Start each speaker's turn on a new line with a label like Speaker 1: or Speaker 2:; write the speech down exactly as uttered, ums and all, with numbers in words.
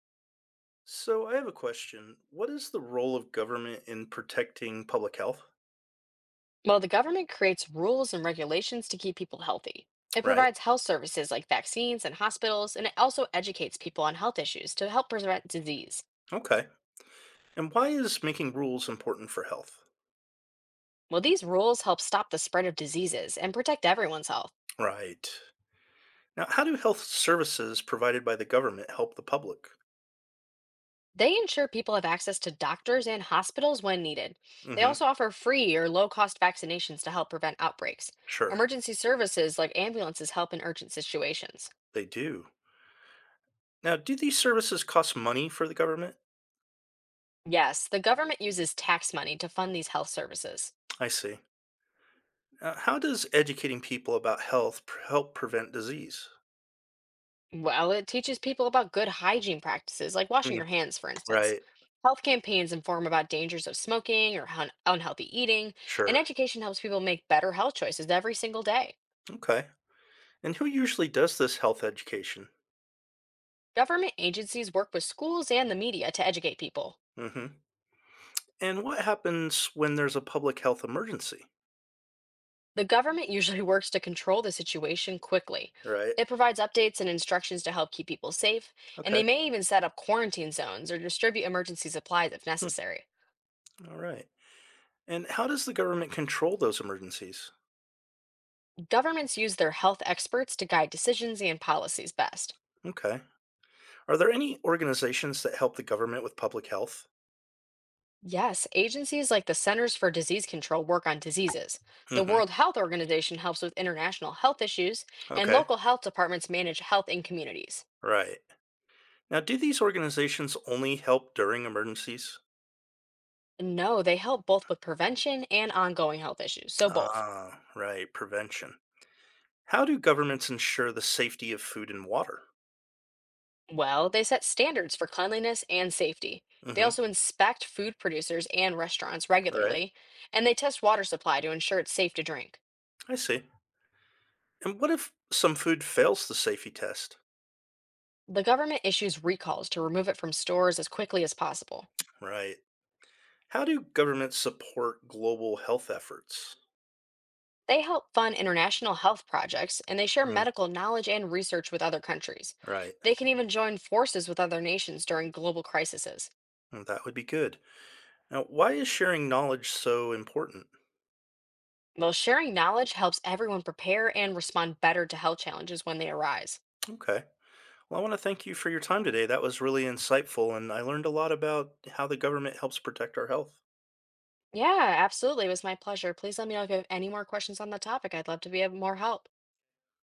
Speaker 1: So I have a question. What is the role of government in protecting public health?
Speaker 2: Well, the government creates rules and regulations to keep people healthy. It
Speaker 1: Right.
Speaker 2: provides health services like vaccines and hospitals, and it also educates people on health issues to help prevent disease.
Speaker 1: Okay. And why is making rules important for health?
Speaker 2: Well, these rules help stop the spread of diseases and protect everyone's health.
Speaker 1: Right. Now, how do health services provided by the government help the public?
Speaker 2: They ensure people have access to doctors and hospitals when needed. They
Speaker 1: Hmm.
Speaker 2: also offer free or low cost vaccinations to help prevent outbreaks.
Speaker 1: Sure,
Speaker 2: Emergency services like ambulances help in urgent situations.
Speaker 1: they do. Now, do these services cost money for the government?
Speaker 2: Yes, the government uses tax money to fund these health services.
Speaker 1: I see. Uh, how does educating people about health pr- help prevent disease?
Speaker 2: Well, it teaches people about good hygiene practices, like washing
Speaker 1: Mm,
Speaker 2: your hands, for instance.
Speaker 1: right.
Speaker 2: Health campaigns inform about dangers of smoking or hun- unhealthy eating, and
Speaker 1: Sure.
Speaker 2: education helps people make better health choices every single day.
Speaker 1: Okay. And who usually does this health education?
Speaker 2: Government agencies work with schools and the media to educate people.
Speaker 1: Hmm. And what happens when there's a public health emergency?
Speaker 2: The government usually works to control the situation quickly.
Speaker 1: Right.
Speaker 2: It provides updates and instructions to help keep people safe, and they
Speaker 1: Okay.
Speaker 2: may even set up quarantine zones or distribute emergency supplies if
Speaker 1: Hmm,
Speaker 2: necessary.
Speaker 1: all right. And how does the government control those emergencies?
Speaker 2: Governments use their health experts to guide decisions and policies best.
Speaker 1: Okay. Are there any organizations that help the government with public health?
Speaker 2: Yes, agencies like the Centers for Disease Control work on diseases. The
Speaker 1: Hmm.
Speaker 2: World Health Organization helps with international health issues, and
Speaker 1: Okay.
Speaker 2: local health departments manage health in communities.
Speaker 1: Right. Now, do these organizations only help during emergencies?
Speaker 2: No, they help both with prevention and ongoing health issues, so both.
Speaker 1: Ah, right. Prevention. How do governments ensure the safety of food and water?
Speaker 2: Well, they set standards for cleanliness and safety. They
Speaker 1: Hmm.
Speaker 2: also inspect food producers and restaurants
Speaker 1: Right.
Speaker 2: regularly, and they test water supply to ensure it's safe to drink.
Speaker 1: I see. And what if some food fails the safety test?
Speaker 2: The government issues recalls to remove it from stores as quickly as possible.
Speaker 1: Right. How do governments support global health efforts?
Speaker 2: They help fund international health projects and they share
Speaker 1: Mm,
Speaker 2: medical knowledge and research with other countries.
Speaker 1: right.
Speaker 2: They can even join forces with other nations during global crises.
Speaker 1: Well, that would be good. Now, why is sharing knowledge so important?
Speaker 2: While sharing knowledge helps everyone prepare and respond better to health challenges when they arise.
Speaker 1: Okay. Well, I want to thank you for your time today. That was really insightful, and I learned a lot about how the government helps protect our health.
Speaker 2: Yeah, absolutely. It was my pleasure. Please let me know if you have any more questions on the topic. I'd love to be of more help.